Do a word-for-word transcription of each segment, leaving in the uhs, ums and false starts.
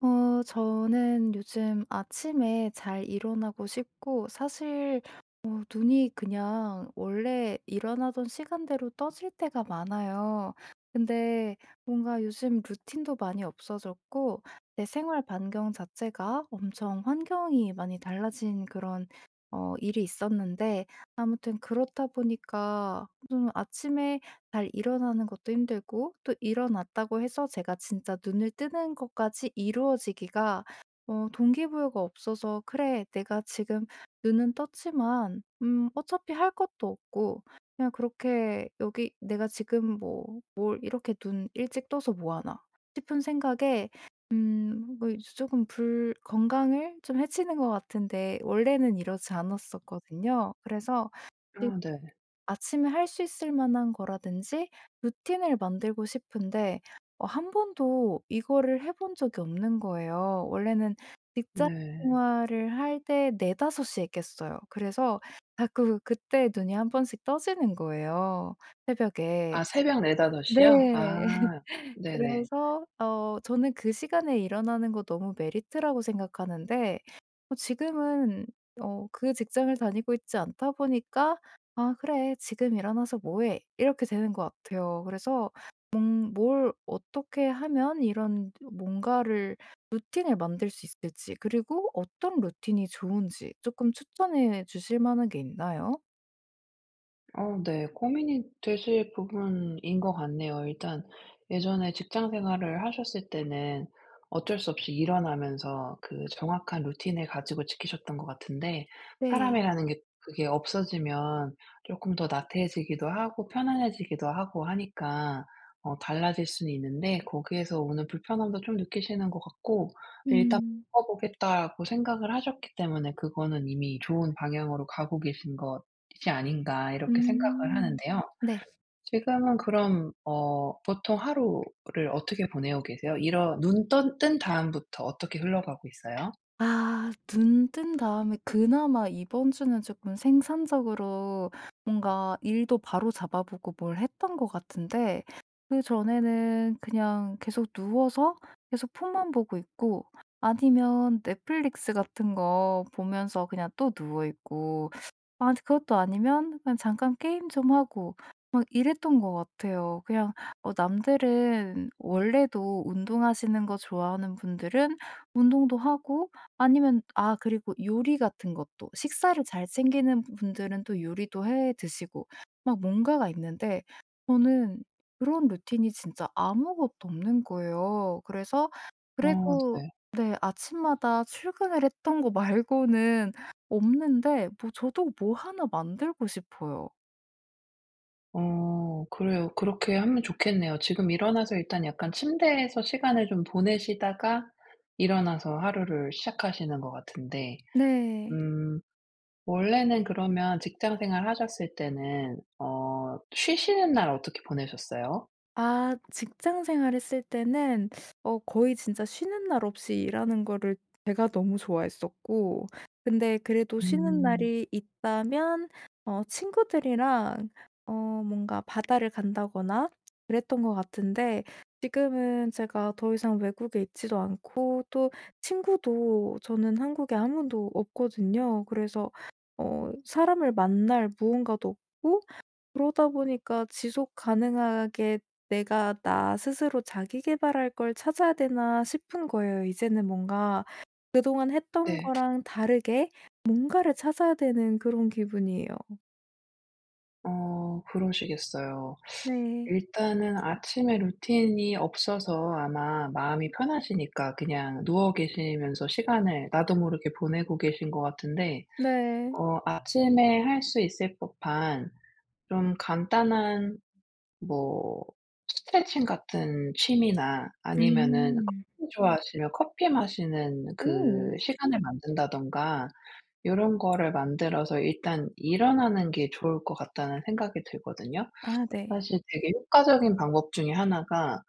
어 저는 요즘 아침에 잘 일어나고 싶고 사실 어 눈이 그냥 원래 일어나던 시간대로 떠질 때가 많아요. 근데 뭔가 요즘 루틴도 많이 없어졌고 내 생활 반경 자체가 엄청 환경이 많이 달라진 그런 어 일이 있었는데, 아무튼 그렇다 보니까 좀 아침에 잘 일어나는 것도 힘들고, 또 일어났다고 해서 제가 진짜 눈을 뜨는 것까지 이루어지기가 어 동기부여가 없어서 '그래, 내가 지금 눈은 떴지만 음 어차피 할 것도 없고, 그냥 그렇게 여기 내가 지금 뭐 뭘 이렇게 눈 일찍 떠서 뭐 하나.' 싶은 생각에 음 뭐 조금 불 건강을 좀 해치는 것 같은데, 원래는 이러지 않았었거든요. 그래서 아, 네. 아침에 할 수 있을 만한 거라든지 루틴을 만들고 싶은데 어 한 번도 이거를 해본 적이 없는 거예요. 원래는 직장 네. 생활을 할 때 네다섯 시에 깼어요. 그래서 자꾸 그때 눈이 한 번씩 떠지는 거예요, 새벽에. 아, 새벽 네다섯 네. 시요? 아. 네네. 그래서 어 저는 그 시간에 일어나는 거 너무 메리트라고 생각하는데 어 지금은 어 그 직장을 다니고 있지 않다 보니까 '아, 그래. 지금 일어나서 뭐 해?' 이렇게 되는 것 같아요. 그래서 몽 뭘 어떻게 하면 이런 뭔가를 루틴을 만들 수 있을지, 그리고 어떤 루틴이 좋은지 쪼끔 추천해 주실 만한 게 있나요? 어 네. 고민이 되실 부분인 것 같네요. 일단 예전에 직장 생활을 하셨을 때는 어쩔 수 없이 일어나면서 그 정확한 루틴을 가지고 지키셨던 것 같은데, 네. 사람이라는 게 그게 없어지면 조금 더 나태해지기도 하고 편안해지기도 하고 하니까 어 달라질 수는 있는데, 거기에서 오는 불편함도 좀 느끼시는 것 같고. 근데 일단 음. '바꿔보겠다.'고 생각을 하셨기 때문에 그거는 이미 좋은 방향으로 가고 계신 것 이지 아닌가, 이렇게 생각을 음. 하는데요. 네. 지금은 그럼 어 보통 하루를 어떻게 보내고 계세요? 일어 눈 떤 뜬 다음부터 어떻게 흘러가고 있어요? 아, 눈 뜬 다음에 그나마 이번 주는 조금 생산적으로 뭔가 일도 바로잡아 보고 뭘 했던 것 같은데, 그전에는 그냥 계속 누워서 계속 폰만 보고 있고, 아니면 넷플릭스 같은 거 보면서 그냥 또 누워 있고, 아 그것도 아니면 그냥 잠깐 게임 좀 하고 막 이랬던 것 같아요. 그냥 어 남들은 원래도 운동하시는 거 좋아하는 분들은 운동도 하고, 아니면 아 그리고 요리 같은 것도 식사를 잘 챙기는 분들은 또 요리도 해 드시고 막 뭔가가 있는데, 저는 그런 루틴이 진짜 아무것도 없는 거예요. 그래서, 어 그래도 네. 네 아침마다 출근을 했던 거 말고는 없는데, 뭐 저도 뭐 하나 만들고 싶어요. 어 그래요. 그렇게 하면 좋겠네요. 지금 일어나서 일단 약간 침대에서 시간을 좀 보내시다가 일어나서 하루를 시작하시는 것 같은데, 네. 음 원래는 그러면 직장 생활 하셨을 때는 어 쉬시는 날 어떻게 보내셨어요? 아, 직장 생활했을 때는 어 거의 진짜 쉬는 날 없이 일하는 거를 제가 너무 좋아했었고, 근데 그래도 쉬는 음. 날이 있다면 어 친구들이랑 어 뭔가 바다를 간다거나 그랬던 것 같은데, 지금은 제가 더 이상 외국에 있지도 않고, 또 친구도 저는 한국에 아무도 없거든요. 그래서 어 사람을 만날 무언가도 없고, 그러다 보니까 지속 가능하게 '내가 나 스스로 자기 계발할 걸 찾아야 되나.' 싶은 거예요. 이제는 뭔가 그동안 했던 네. 거랑 다르게 뭔가를 찾아야 되는 그런 기분이에요. 어 그러시겠어요. 네. 일단은 아침에 루틴이 없어서 아마 마음이 편하시니까 그냥 누워 계시면서 시간을 나도 모르게 보내고 계신 것 같은데, 네. 어 아침에 할 수 있을 법한 좀 간단한, 뭐 스트레칭 같은 취미나 아니면은 음. 커피 좋아하시면 커피 마시는 오. 그 시간을 만든다든가 이런 거를 만들어서 일단 일어나는 게 좋을 것 같다는 생각이 들거든요. 아, 네. 사실 되게 효과적인 방법 중에 하나가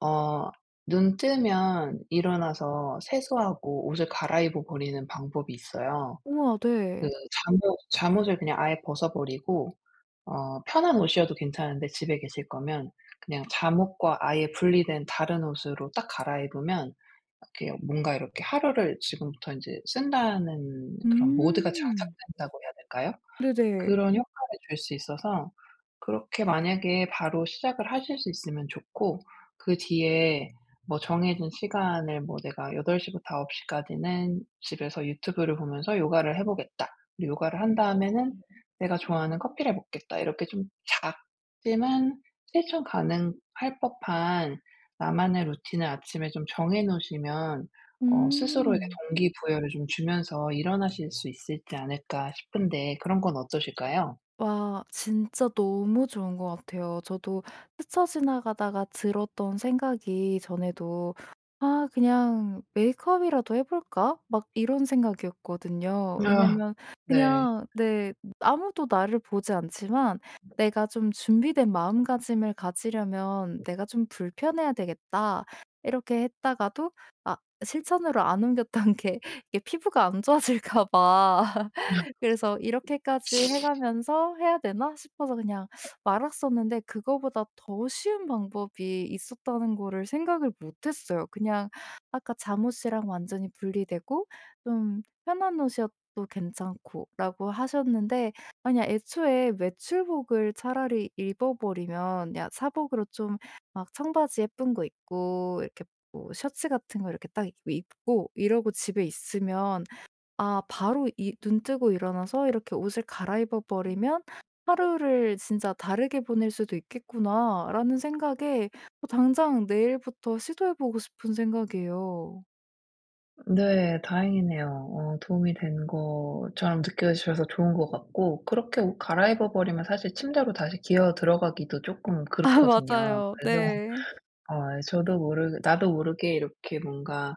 어 눈 뜨면 일어나서 세수하고 옷을 갈아입어 버리는 방법이 있어요. 우와, 그, 네. 잠옷 잠옷을 그냥 아예 벗어 버리고 어 편한 옷이어도 괜찮은데 집에 계실 거면 그냥 잠옷과 아예 분리된 다른 옷으로 딱 갈아입으면, 이렇게 뭔가 이렇게 하루를 지금부터 인제 쓴다는 그런 모드가 음. 장착된다고 해야 될까요? 네네. 그런 효과를 줄 수 있어서, 그렇게 만약에 바로 시작을 하실 수 있으면 좋고, 그 뒤에 뭐 정해진 시간을 뭐 '내가 여덟 시부터 아홉 시까지는 집에서 유튜브를 보면서 요가를 해 보겠다. 그리고 요가를 한 다음에는 내가 좋아하는 커피를 먹겠다.' 이렇게 좀 작지만 실천 가능할 법한 나만의 루틴을 아침에 좀 정해 놓으시면, 어 스스로에게 음. 동기부여를 좀 주면서 일어나실 수 있을지 않을까 싶은데, 그런 건 어떠실까요? 와, 진짜 너무 좋은 것 같아요. 저도 스쳐 지나가다가 들었던 생각이 전에도 '아, 그냥 메이크업이라도 해 볼까?' 막 이런 생각이었거든요. 아. 왜냐면 네. 그냥, 네, 아무도 나를 보지 않지만 내가 좀 준비된 마음가짐을 가지려면 '내가 좀 불편해야 되겠다.' 이렇게 했다가도 아 실천으로 안 옮겼던 게, 이게 피부가 안 좋아질까 봐. 그래서 '이렇게까지 해 가면서 해야 되나?' 싶어서 그냥 말았었는데, 그거보다 더 쉬운 방법이 있었다는 거를 생각을 못 했어요. 그냥 아까 잠옷이랑 완전히 분리되고 좀 편한 옷이어도 괜찮고 라고 하셨는데, 만약 애초에 외출복을 차라리 입어버리면, 야 사복으로 좀 막 청바지 예쁜 거 입고 이렇게 뭐 셔츠 같은 거 이렇게 딱 입고 입고 이러고 집에 있으면, 아 바로 이 눈 뜨고 일어나서 이렇게 옷을 갈아입어 버리면 '하루를 진짜 다르게 보낼 수도 있겠구나.'라는 생각에 어 당장 내일부터 시도해 보고 싶은 생각이에요. 네. 다행이네요. 어 도움이 된 것처럼 느껴지셔서 좋은 것 같고, 그렇게 옷 갈아입어 버리면 사실 침대로 다시 기어 들어가기도 조금 아, 그렇거든요. 맞아요. 그래서 네. 어 저도 모르게 나도 모르게 이렇게 뭔가,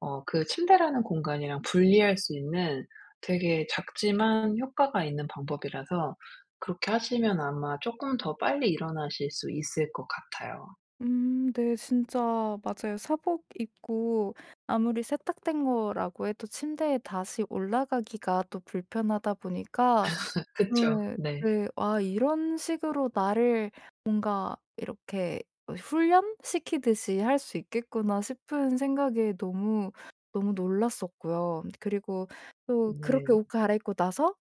어 그 침대라는 공간이랑 분리할 수 있는 되게 작지만 효과가 있는 방법이라서, 그렇게 하시면 아마 조금 더 빨리 일어나실 수 있을 것 같아요. 음, 네. 진짜 맞아요. 사복 입고 아무리 세탁된 거라고 해도 침대에 다시 올라가기가 또 불편하다 보니까. 그쵸. 네. 네. 네. 아, 이런 식으로 나를 뭔가 이렇게 어 훈련시키듯이 할 수 있겠구나 싶은 생각에 너무, 너무 놀랐었고요. 그리고 또 그렇게 네. 옷 갈아입고 나서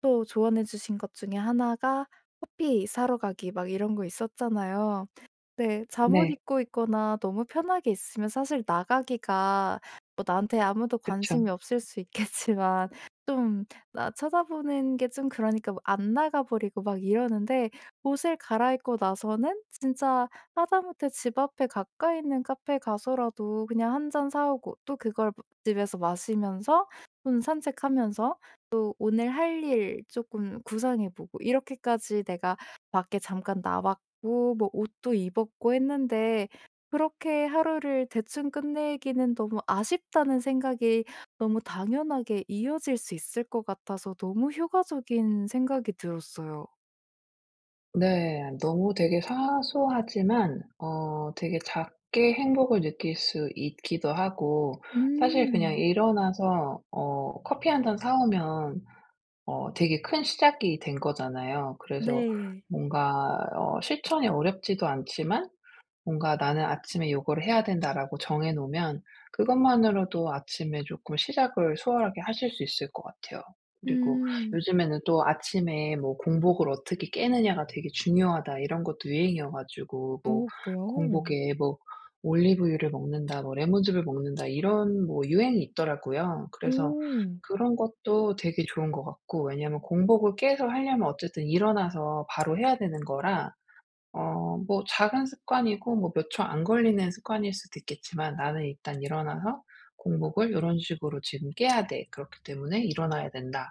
또 조언해 주신 것 중에 하나가 커피 사러 가기, 막 이런 거 있었잖아요. 네. 잠옷 네. 입고 있거나 너무 편하게 있으면 사실 나가기가 뭐, 나한테 아무도 그쵸. 관심이 없을 수 있겠지만 좀 나 쳐다보는 게 좀 그러니까 뭐안 나가 버리고 막 이러는데, 옷을 갈아입고 나서는 진짜 하다못해 집 앞에 가까이 있는 카페 가서라도 그냥 한 잔 사 오고, 또 그걸 뭐 집에서 마시면서 좀 산책하면서 또 오늘 할 일 조금 구상해 보고, 이렇게까지 내가 밖에 잠깐 나왔고 뭐 옷도 입었고 했는데 그렇게 하루를 대충 끝내기는 너무 아쉽다는 생각이 너무 당연하게 이어질 수 있을 것 같아서 너무 효과적인 생각이 들었어요. 네. 너무 되게 사소하지만 어 되게 작게 행복을 느낄 수 있기도 하고, 사실 그냥 음. 일어나서 어 커피 한 잔 사 오면 어 되게 큰 시작이 된 거잖아요. 그래서 네. 뭔가 어 실천이 어렵지도 않지만, 뭔가 '나는 아침에 요거를 해야 된다.'라고 정해 놓으면 그것만으로도 아침에 조금 시작을 수월하게 하실 수 있을 것 같아요. 그리고 음. 요즘에는 또 아침에 뭐 공복을 어떻게 깨느냐가 되게 중요하다, 이런 것도 유행이어 가지고, 뭐 어, 그래요? 공복에 뭐 올리브유를 먹는다, 뭐 레몬즙을 먹는다, 이런 뭐 유행이 있더라고요. 그래서 오. 그런 것도 되게 좋은 것 같고, 왜냐하면 공복을 깨서 하려면 어쨌든 일어나서 바로 해야 되는 거라, 어 뭐 작은 습관이고 뭐 몇 초 안 걸리는 습관일 수도 있겠지만, '나는 일단 일어나서 공복을 요런 식으로 지금 깨야 돼. 그렇기 때문에 일어나야 된다.'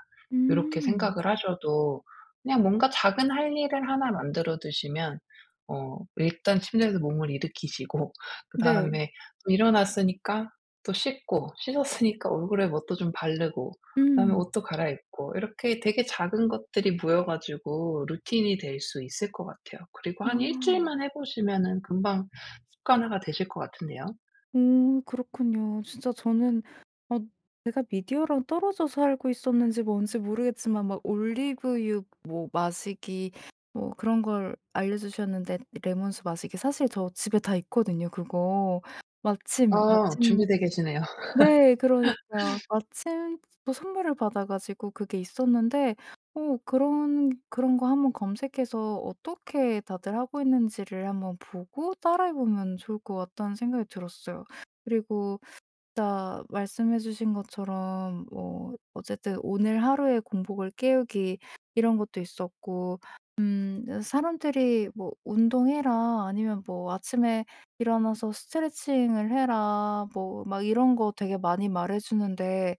요렇게 음. 생각을 하셔도 그냥 뭔가 작은 할 일을 하나 만들어 두시면, 어 일단 침대에서 몸을 일으키시고 네. 그다음에 또 일어났으니까, 또 씻고 씻었으니까 얼굴에 뭣도 좀 바르고, 그다음에 음. 옷도 갈아입고, 이렇게 되게 작은 것들이 모여 가지고 루틴이 될 수 있을 것 같아요. 그리고 한 일 아. 주일만 해 보시면은 금방 습관화가 되실 것 같은데요. 오, 그렇군요. 진짜 저는 어 제가 미디어랑 떨어져 살고 있었는지 뭔지 모르겠지만, 막 올리브유 뭐 마시기 뭐 그런 걸 알려주셨는데, 레몬수 마시기 사실 저 집에 다 있거든요 그거. 마침, 어 마침, 준비되어 계시네요. 네. 그러니까요. 마침 또 선물을 받아 가지고 그게 있었는데, 어 그런 그런 거 한번 검색해서 어떻게 다들 하고 있는지를 한번 보고 따라해 보면 좋을 것 같다는 생각이 들었어요. 그리고 진짜 말씀해 주신 것처럼 뭐 어쨌든 오늘 하루의 공복을 깨우기, 이런 것도 있었고 음 어, 사람들이 뭐 "운동해라." 아니면 뭐 "아침에 일어나서 스트레칭을 해라." 뭐 막 이런 거 되게 많이 말해 주는데,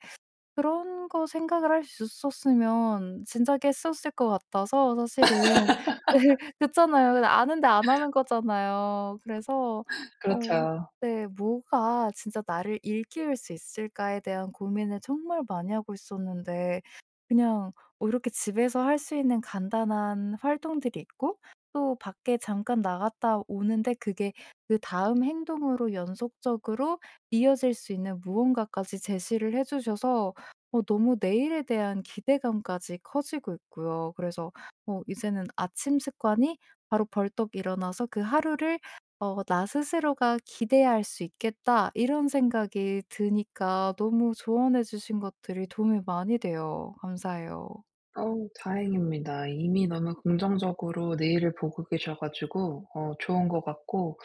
그런 거 생각을 할 수 있었으면 진작에 했었을 것 같아서 사실은. 네, 그렇잖아요. 근데 아는데 안 하는 거잖아요. 그래서 어 그렇죠. 네, '뭐가 진짜 나를 일깨울 수 있을까.'에 대한 고민을 정말 많이 하고 있었는데, 그냥 어 이렇게 집에서 할 수 있는 간단한 활동들이 있고, 또 밖에 잠깐 나갔다 오는데 그게 그다음 행동으로 연속적으로 이어질 수 있는 무언가까지 제시를 해 주셔서 어 너무 내일에 대한 기대감까지 커지고 있고요. 그래서 어 이제는 아침 습관이 바로 벌떡 일어나서 그 하루를 어 '나 스스로가 기대할 수 있겠다.' 이런 생각이 드니까 너무 조언해 주신 것들이 도움이 많이 돼요. 감사해요. 어 다행입니다. 이미 너무 긍정적으로 내일을 보고 계셔 가지고 어 좋은 것 같고,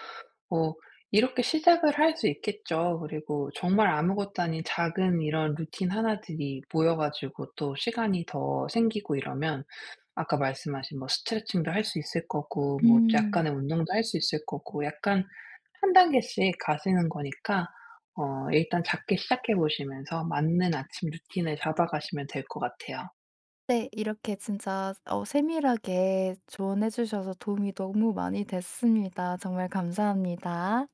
뭐 이렇게 시작을 할 수 있겠죠. 그리고 정말 아무것도 아닌 작은 이런 루틴 하나들이 모여 가지고 또 시간이 더 생기고 이러면, 아까 말씀하신 뭐 스트레칭도 할 수 있을 거고 뭐 음. 약간의 운동도 할 수 있을 거고, 약간 한 단계씩 가시는 거니까, 어 일단 작게 시작해 보시면서 맞는 아침 루틴을 잡아가시면 될 것 같아요. 네, 이렇게 진짜 어 세밀하게 조언해 주셔서 도움이 너무 많이 됐습니다. 정말 감사합니다.